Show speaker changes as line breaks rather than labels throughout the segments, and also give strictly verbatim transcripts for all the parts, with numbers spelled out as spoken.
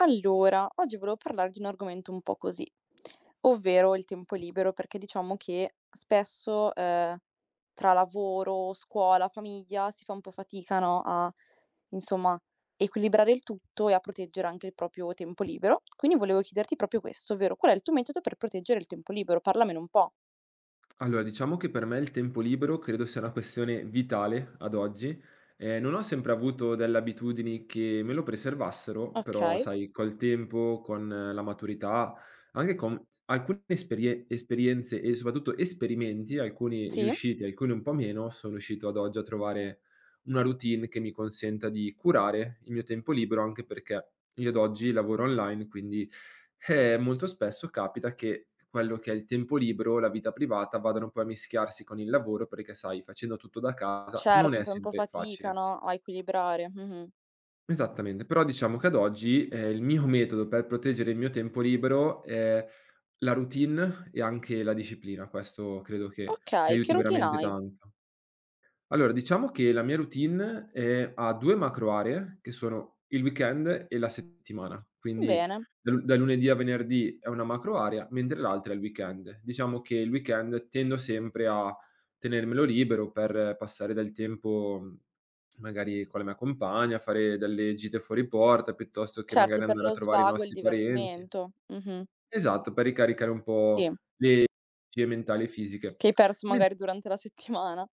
Allora, oggi volevo parlare di un argomento un po' così, ovvero il tempo libero, perché diciamo che spesso, ehm, tra lavoro, scuola, famiglia, si fa un po' fatica, no, a insomma equilibrare il tutto e a proteggere anche il proprio tempo libero. Quindi volevo chiederti proprio questo, ovvero qual è il tuo metodo per proteggere il tempo libero? Parlamene un po'.
Allora, diciamo che per me il tempo libero credo sia una questione vitale ad oggi. Eh, non ho sempre avuto delle abitudini che me lo preservassero, però
Okay,
sai, col tempo, con eh, la maturità, anche con alcune esperie- esperienze e soprattutto esperimenti, alcuni
sì,
riusciti, alcuni un po' meno, sono riuscito ad oggi a trovare una routine che mi consenta di curare il mio tempo libero, anche perché io ad oggi lavoro online, quindi eh, molto spesso capita che quello che è il tempo libero, la vita privata, vadano poi a mischiarsi con il lavoro perché, sai, facendo tutto da casa non
certo,
è
fai un po'
sempre
fatica,
facile.
no, a equilibrare. Mh-mh.
Esattamente, però diciamo che ad oggi, ehm, il mio metodo per proteggere il mio tempo libero è la routine e anche la disciplina. Questo credo che mi
Okay, che
aiuti
routine
veramente
hai?
tanto. Allora, diciamo che la mia routine, ehm, ha due macro aree, che sono il weekend e la settimana. Quindi
Bene.
da lu da lunedì a venerdì è una macro area, mentre l'altra è il weekend. Diciamo che il weekend tendo sempre a tenermelo libero per passare del tempo, mhmm, magari con la mia compagna, fare delle gite fuori porta, piuttosto che
Certo,
magari
per
andare a
lo
trovare i
svago e il
nostri parenti.
divertimento. Mh-mh.
Esatto, per ricaricare un
Sì,
po' le energie mentali e fisiche.
che hai perso
Men
magari durante la settimana.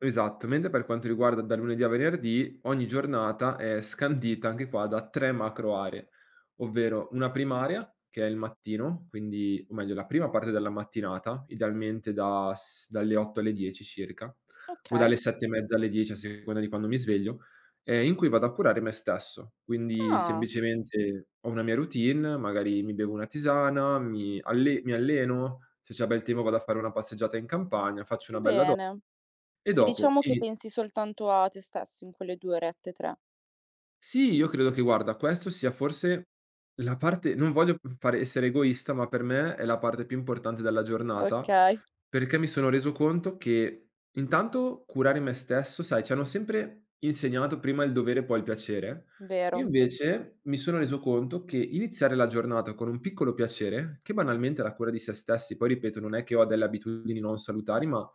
Esatto, mentre per quanto riguarda da lunedì a venerdì, ogni giornata è scandita anche qua da tre macro aree, ovvero una prima area che è il mattino, quindi o meglio la prima parte della mattinata, idealmente da s dalle otto alle dieci circa, o
Okay.
dalle sette e mezza alle dieci a seconda di quando mi sveglio, ehm, in cui vado a curare me stesso. Quindi
Ah,
semplicemente ho una mia routine, magari mi bevo una tisana, mi alle mi alleno, se c'è bel tempo vado a fare una passeggiata in campagna, faccio una bella do
bene.
e
Sì,
dopo
diciamo che
iniz
pensi soltanto a te stesso in quelle due orette, tre.
Sì, io credo che guarda, questo sia forse la parte, non voglio p fare, essere egoista, ma per me è la parte più importante della giornata,
Okay,
perché mi sono reso conto che intanto curare me stesso, sai, ci hanno sempre insegnato prima il dovere e poi il piacere. Io
vero.
invece mi sono reso conto che iniziare la giornata con un piccolo piacere, che banalmente è la cura di se stessi, poi ripeto, non è che ho delle abitudini non salutari, ma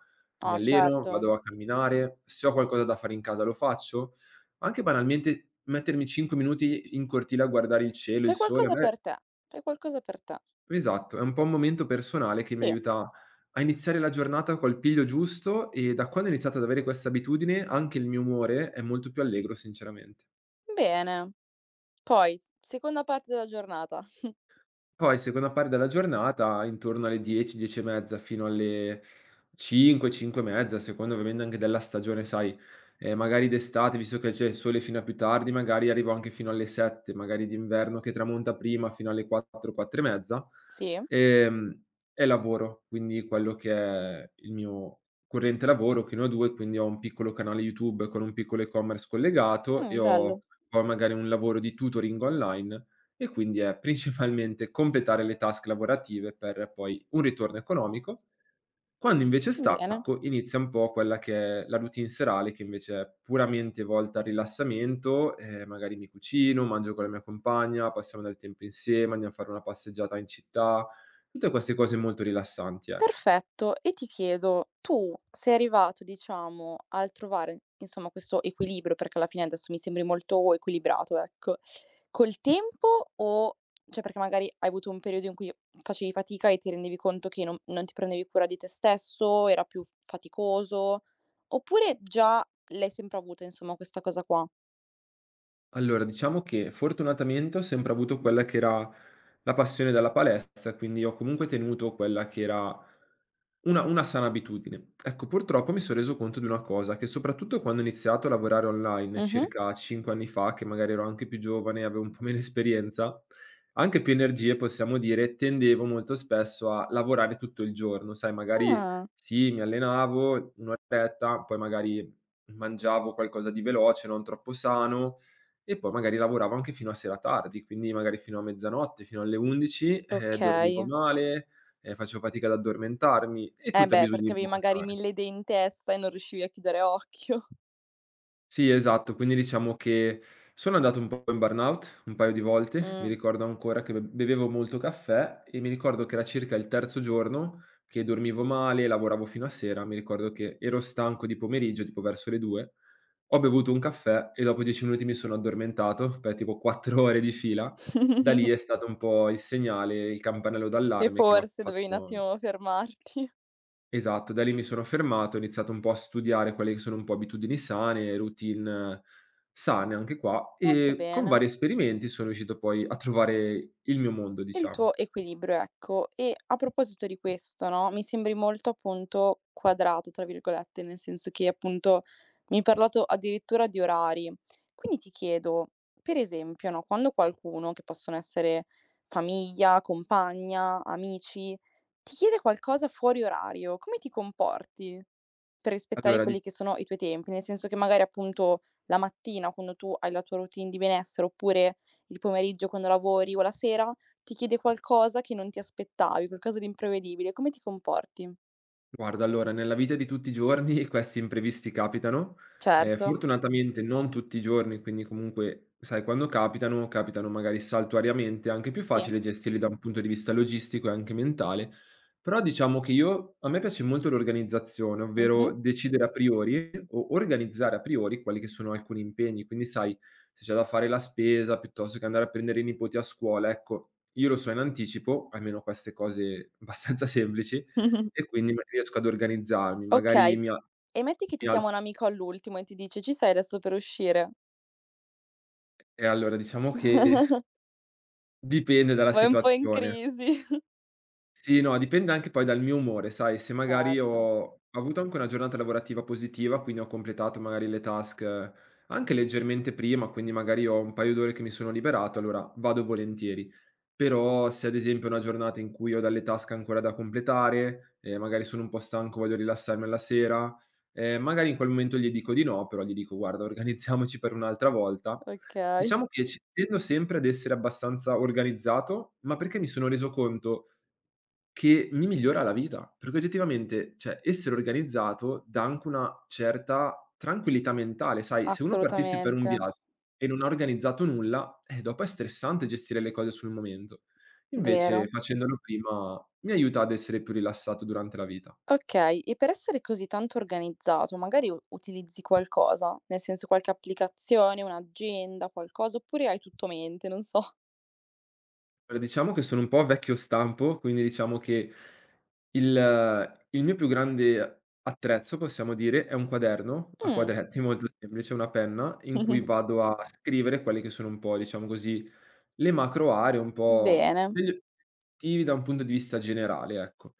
mi
Ah,
alleno,
certo.
vado a camminare, se ho qualcosa da fare in casa lo faccio. Anche banalmente mettermi cinque minuti in cortile a guardare il cielo,
Fai
il sole, a
qualcosa
me
per te, fai qualcosa per te.
Esatto, è un po' un momento personale che mi
Sì,
aiuta a iniziare la giornata col piglio giusto e da quando ho iniziato ad avere questa abitudine anche il mio umore è molto più allegro sinceramente.
bene. Poi, s seconda parte della giornata.
Poi seconda parte della giornata, intorno alle dieci, dieci e mezza fino alle cinque, cinque e mezza, a seconda ovviamente anche della stagione, sai, ehm, magari d'estate, visto che c'è il sole fino a più tardi, magari arrivo anche fino alle sette, magari d'inverno che tramonta prima fino alle quattro, quattro e mezza,
Sì?
ehm, e lavoro. Quindi quello che è il mio corrente lavoro, che ne ho due, quindi ho un piccolo canale YouTube con un piccolo e-commerce collegato e
Mh, bello,
ho poi magari un lavoro di tutoring online e quindi è principalmente completare le task lavorative per poi un ritorno economico. Quando invece
bene.
stacco inizia un po' quella che è la routine serale che invece è puramente volta al rilassamento, ehm, magari mi cucino, mangio con la mia compagna, passiamo del tempo insieme, andiamo a fare una passeggiata in città, tutte queste cose molto rilassanti, ecco.
Perfetto. E ti chiedo, tu sei arrivato, diciamo, al trovare, insomma, questo equilibrio, perché alla fine adesso mi sembri molto equilibrato, ecco, col tempo o cioè perché magari hai avuto un periodo in cui facevi fatica e ti rendevi conto che non non ti prendevi cura di te stesso, era più f faticoso, oppure già l'hai sempre avuta, insomma, questa cosa qua?
Allora, diciamo che fortunatamente ho sempre avuto quella che era la passione dalla palestra, quindi ho comunque tenuto quella che era una, una sana abitudine. Ecco, purtroppo mi sono reso conto di una cosa, che soprattutto quando ho iniziato a lavorare online
Mh-mh.
circa cinque anni fa, che magari ero anche più giovane, avevo un po' meno esperienza, anche più energie, possiamo dire, tendevo molto spesso a lavorare tutto il giorno, sai, magari
Ah,
sì, mi allenavo un'oretta, poi magari mangiavo qualcosa di veloce, non troppo sano e poi magari lavoravo anche fino a sera tardi, quindi magari fino a mezzanotte, fino alle undici, ehm, dormivo
okay.
male, ehm, facevo fatica ad addormentarmi e
Eh
tutte
beh,
abitudini
perché
un
avevi
po'.
magari mille idee in testa e non riuscivi a chiudere occhio.
Sì, esatto. Quindi diciamo che sono andato un po' in burnout un paio di volte. Mi
Mh.
ricordo ancora che be bevevo molto caffè e mi ricordo che era circa il terzo giorno che dormivo male, lavoravo fino a sera. Mi ricordo che ero stanco di pomeriggio, tipo verso le due, ho bevuto un caffè e dopo dieci minuti mi sono addormentato per tipo quattro ore di fila. Da lì è stato un po' il segnale, il campanello
Che
d'allarme che m'ha
forse dovevi un
fatto.
attimo fermarti.
Esatto, da lì mi sono fermato, ho iniziato un po' a studiare quelle che sono un po' abitudini sane, routine eh, sane anche qua,
Molto
e con
bene.
vari esperimenti sono riuscito poi a trovare il mio mondo,
E il
diciamo.
tuo equilibrio, ecco. E a proposito di questo, no, mi sembri molto appunto "quadrato" tra virgolette, nel senso che appunto mi hai parlato addirittura di orari. Quindi ti chiedo, per esempio, no, quando qualcuno, che possono essere famiglia, compagna, amici, ti chiede qualcosa fuori orario, come ti comporti per rispettare
Allora
quelli
dic
che sono i tuoi tempi? Nel senso che magari appunto la mattina quando tu hai la tua routine di benessere, oppure il pomeriggio quando lavori o la sera, ti chiede qualcosa che non ti aspettavi, qualcosa di imprevedibile, come ti comporti?
Guarda, allora, nella vita di tutti i giorni questi imprevisti capitano, ehm,
Certo,
fortunatamente non tutti i giorni, quindi comunque, sai, quando capitano, capitano magari saltuariamente, è anche più
sì.
facile gestirli da un punto di vista logistico e anche mentale. Però diciamo che io a me piace molto l'organizzazione, ovvero
Mh-mh.
decidere a priori o organizzare a priori quelli che sono alcuni impegni, quindi sai, se c'è da fare la spesa piuttosto che andare a prendere i nipoti a scuola, ecco, io lo so in anticipo, almeno queste cose abbastanza semplici, e quindi non riesco ad organizzarmi, magari
Okay,
mi a
e metti che
mi
ti chiama un
alz
amico all'ultimo e ti dice: "Ci sei adesso per uscire?"
e allora diciamo che dipende dalla
Vai un po' in
situazione.
crisi.
Sì, no, dipende anche poi dal mio umore, sai, se magari
Certo.
ho avuto anche una giornata lavorativa positiva, quindi ho completato magari le task eh, anche leggermente prima, quindi magari ho un paio d'ore che mi sono liberato, allora vado volentieri. Però se ad esempio è una giornata in cui ho delle task ancora da completare, e magari sono un po' stanco, voglio rilassarmi alla sera, eh, magari in quel momento gli dico di no, però gli dico guarda, organizziamoci per un'altra volta.
Okay,
Diciamo che ci tendo sempre ad essere abbastanza organizzato, ma perché mi sono reso conto che mi migliora la vita, perché oggettivamente, cioè, essere organizzato dà anche una certa tranquillità mentale, sai, se uno partisse per un
assolutamente,
viaggio e non ha organizzato nulla, eh, dopo è stressante gestire le cose sul momento. Invece
vero.
facendolo prima mi aiuta ad essere più rilassato durante la vita.
Okay, e per essere così tanto organizzato, magari u utilizzi qualcosa? Nel senso qualche applicazione, un'agenda, qualcosa, oppure hai tutto mente, non so.
Allora, diciamo che sono un po' vecchio stampo, quindi diciamo che il il mio più grande attrezzo, possiamo dire, è un quaderno a
Mh.
quadretti, molto semplice, una penna in cui vado a scrivere quelle che sono un po', diciamo così, le macro aree, un po'
Bene,
degli obiettivi da un punto di vista generale, ecco.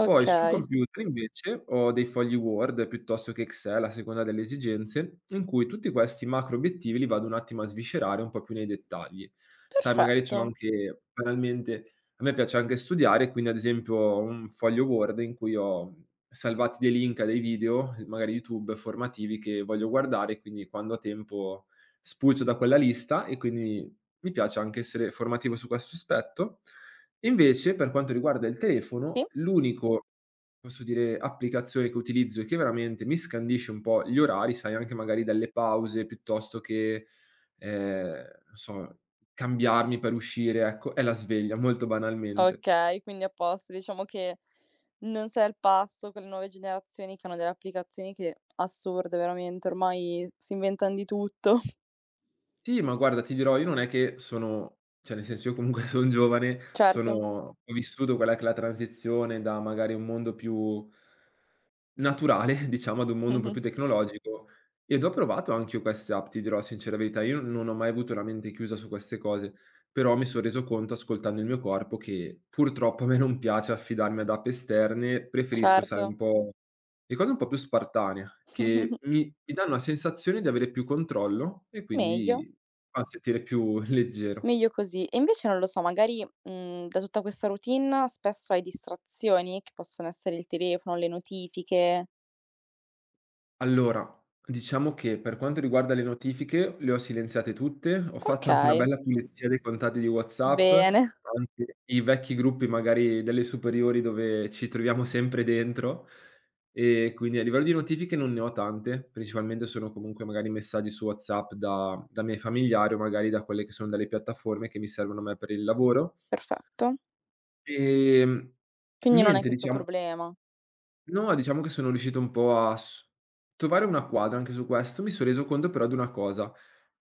Poi sul computer invece ho dei fogli Word piuttosto che Excel, a seconda delle esigenze, in cui tutti questi macro obiettivi li vado un attimo a sviscerare un po' più nei dettagli. Sai, magari c'ho
Perfetto.
anche banalmente a me piace anche studiare, quindi ad esempio ho un foglio Word in cui ho salvati dei link a dei video, magari YouTube, formativi che voglio guardare, quindi quando ho tempo spulcio da quella lista e quindi mi piace anche essere formativo su questo aspetto. Invece, per quanto riguarda il
Sì.
telefono, l'unico, posso dire, applicazione che utilizzo e che veramente mi scandisce un po' gli orari, sai, anche magari dalle pause piuttosto che, ehm, non so, cambiarmi per uscire, ecco, è la sveglia, molto banalmente.
Okay, quindi a posto. Diciamo che non sei al passo con le nuove generazioni che hanno delle applicazioni che assurde veramente, ormai si inventan di tutto.
Sì, ma guarda, ti dirò, io non è che sono, cioè nel senso, io comunque son giovane, sono
Certo,
ho vissuto quella che è la transizione da magari un mondo più naturale, diciamo, ad un mondo un po'
mh-mh,
più tecnologico ed ho provato anch'io queste app, ti dirò la sincera verità, io non ho mai avuto la mente chiusa su queste cose, però mi son reso conto ascoltando il mio corpo che purtroppo a me non piace affidarmi ad app esterne, preferisco sai
certo.
un po' le cose un po' più spartanee, che mi mi danno la sensazione di avere più controllo e
Meglio,
quindi mi fa sentire più leggero.
meglio così. E invece non lo so, magari, mhmm, da tutta questa routine spesso hai distrazioni che possono essere il telefono, le notifiche.
Allora, diciamo che per quanto riguarda le notifiche le ho silenziate tutte, ho fatto anche una
Okay,
bella pulizia dei contatti di WhatsApp,
bene,
anche i vecchi gruppi magari delle superiori dove ci troviamo sempre dentro e quindi a livello di notifiche non ne ho tante, principalmente sono comunque magari messaggi su WhatsApp da da miei familiari o magari da quelle che sono delle piattaforme che mi servono a me per il lavoro.
perfetto.
Ehm,
Quindi non hai
niente
questo
diciamo.
problema.
No, diciamo che sono riuscito un po' a s trovare una quadra anche su questo. Mi son reso conto però di una cosa,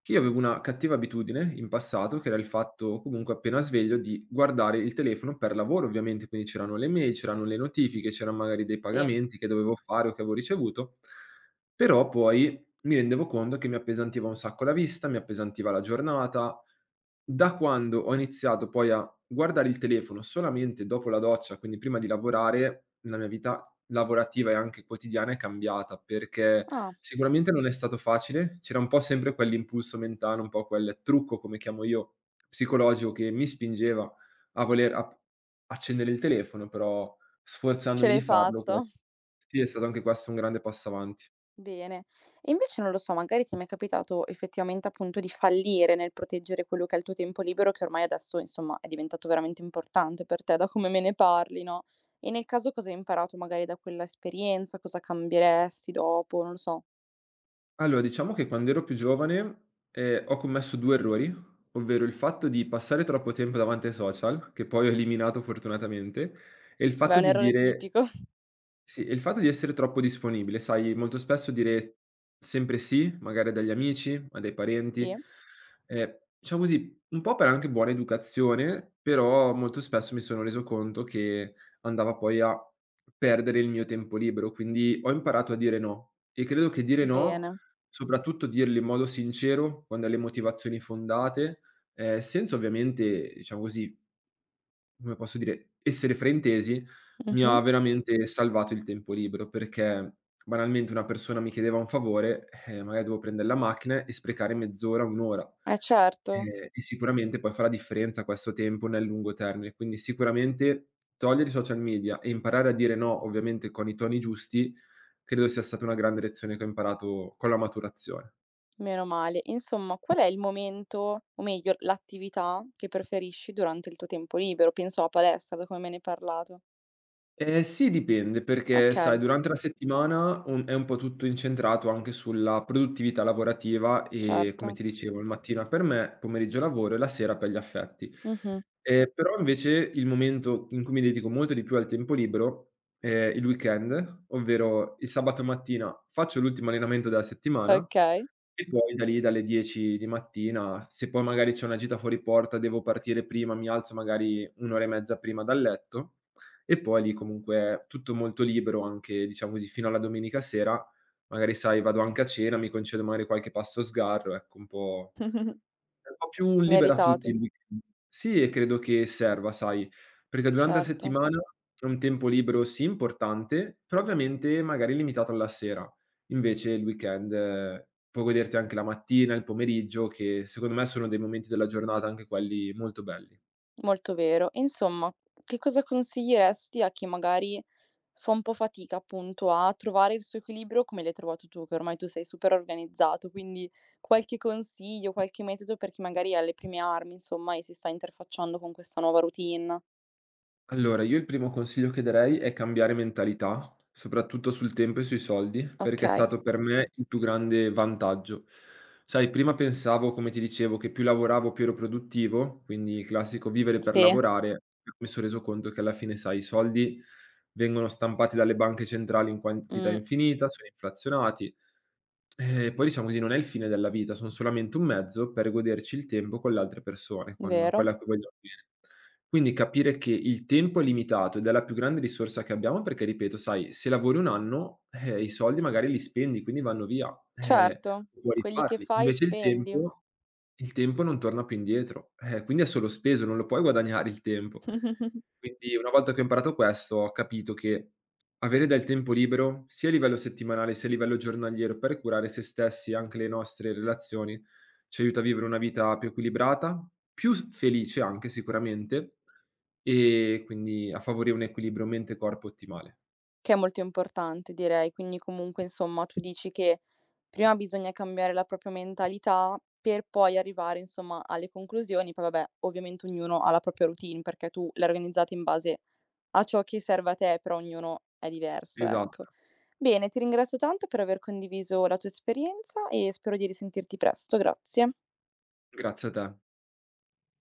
che io avevo una cattiva abitudine in passato, che era il fatto comunque appena sveglio di guardare il telefono per lavoro ovviamente, quindi c'erano le mail, c'erano le notifiche, c'eran magari dei
Sì.
pagamenti che dovevo fare o che avevo ricevuto, però poi mi rendevo conto che mi appesantiva un sacco la vista, mi appesantiva la giornata. Da quando ho iniziato poi a guardare il telefono solamente dopo la doccia, quindi prima di lavorare, la mia vita lavorativa e anche quotidiana è cambiata, perché
Ah,
sicuramente non è stato facile, c'era un po' sempre quell'impulso mentale, un po' quel trucco, come chiamo io, psicologico che mi spingeva a voler ap accendere il telefono, però
ce
sforzandomi di
l'hai
farlo que
fatta.
sì, è stato anche questo un grande passo avanti.
Bene. E invece non lo so, magari ti è mai capitato effettivamente appunto di fallire nel proteggere quello che è il tuo tempo libero, che ormai adesso insomma è diventato veramente importante per te, da come me ne parli, no? E nel caso cosa hai imparato magari da quella esperienza? Cosa cambieresti dopo? Non lo so.
Allora, diciamo che quando ero più giovane, ehm, ho commesso due errori, ovvero il fatto di passare troppo tempo davanti ai social, che poi ho eliminato fortunatamente, e il
Vabbè, è
fatto
un
di
errore
dire
tipico.
sì, e il fatto di essere troppo disponibile, sai, molto spesso dire sempre sì, magari a degli amici, a dei parenti,
Sì?
ehm, diciamo così, un po' per anche buona educazione, però molto spesso mi sono reso conto che andava poi a perdere il mio tempo libero, quindi ho imparato a dire no e credo che dire no,
Bene.
soprattutto dirlo in modo sincero, con delle motivazioni fondate, ehm, senza ovviamente, diciamo così, come posso dire, essere frentesi, mi
Mh-mh.
ha veramente salvato il tempo libero, perché banalmente una persona mi chiedeva un favore, eh, magari dovevo prendere la macchina e sprecare mezz'ora, un' ora,
Eh certo,
ehm, e sicuramente poi fa la differenza questo tempo nel lungo termine. Quindi sicuramente togliere i social media e imparare a dire no, ovviamente con i toni giusti, credo sia stata una grande lezione che ho imparato con la maturazione.
meno male. Insomma, qual è il momento, o meglio l'attività che preferisci durante il tuo tempo libero? Penso alla palestra, da come me ne hai parlato.
Ehm, sì, dipende perché sai
Okay,
durante la Mh. settimana un è un po' tutto incentrato anche sulla produttività lavorativa e, come
certo.
ti dicevo, il mattina per me, pomeriggio lavoro e la sera per gli affetti.
Mh-mh.
Ehm, però invece il momento in cui mi dedico molto di più al tempo libero è il weekend, ovvero il sabato mattina faccio l'ultimo allenamento della settimana
Okay.
e poi da lì, dalle dieci di mattina, se poi magari c'è una gita fuori porta, devo partire prima, mi alzo magari un' ora e mezza prima dal letto e poi lì comunque tutto molto libero anche, diciamo così, fino alla domenica sera. Magari sai, vado anche a cena, mi concedo magari qualche pasto sgarro, ecco un po'. È un po' più libera a tutti il
Meritato,
weekend. Sì, e credo che serva, sai, perché durante la
certo,
settimana è un tempo libero, sì, importante, però ovviamente magari limitato alla sera. Invece il weekend eh, puoi goderti anche la mattina, il pomeriggio, che secondo me sono dei momenti della giornata anche quelli molto belli.
molto vero. E insomma, che cosa consiglieresti a chi magari fa un po' fatica, appunto, a trovare il suo equilibrio come l'hai trovato tu, che ormai tu sei super organizzato, quindi qualche consiglio, qualche metodo per chi magari è alle prime armi, insomma, e si sta interfacciando con questa nuova routine?
Allora, io il primo consiglio che darei è cambiare mentalità, soprattutto sul tempo e sui soldi, perché è
Okay,
stato per me il più grande vantaggio. Sai, prima pensavo, come ti dicevo, che più lavoravo più ero produttivo, quindi il classico vivere per
sì,
lavorare, però mi sono reso conto che alla fine, sai, i soldi vengono stampati dalle banche centrali in quantità
mh,
infinita, sono inflazionati, eh, poi diciamo così, non è il fine della vita, son solamente un mezzo per goderci il tempo con le altre persone, con
vero.
quella a cui vogliamo bene. Quindi capire che il tempo è limitato ed è la più grande risorsa che abbiamo perché, ripeto, sai, se lavori un anno, eh, i soldi magari li spendi, quindi vanno via, eh,
Certo,
puoi
quelli che
rifarli.
fai
Invece il
spendi.
tempo il tempo non torna più indietro, eh, quindi è solo speso, non lo puoi guadagnare il tempo. Quindi una volta che ho imparato questo, ho capito che avere del tempo libero, sia a livello settimanale, sia a livello giornaliero, per curare se stessi e anche le nostre relazioni, ci aiuta a vivere una vita più equilibrata, più s felice anche sicuramente, e quindi a favorire un equilibrio mente e corpo ottimale.
Che è molto importante direi, quindi comunque insomma tu dici che prima bisogna cambiare la propria mentalità per poi arrivare insomma alle conclusioni, poi vabbè ovviamente ognuno ha la propria routine, perché tu l'hai organizzata in base a ciò che serve a te, però ognuno è diverso, ecco.
Esatto,
Bene, ti ringrazio tanto per aver condiviso la tua esperienza e spero di risentirti presto, grazie.
grazie a te.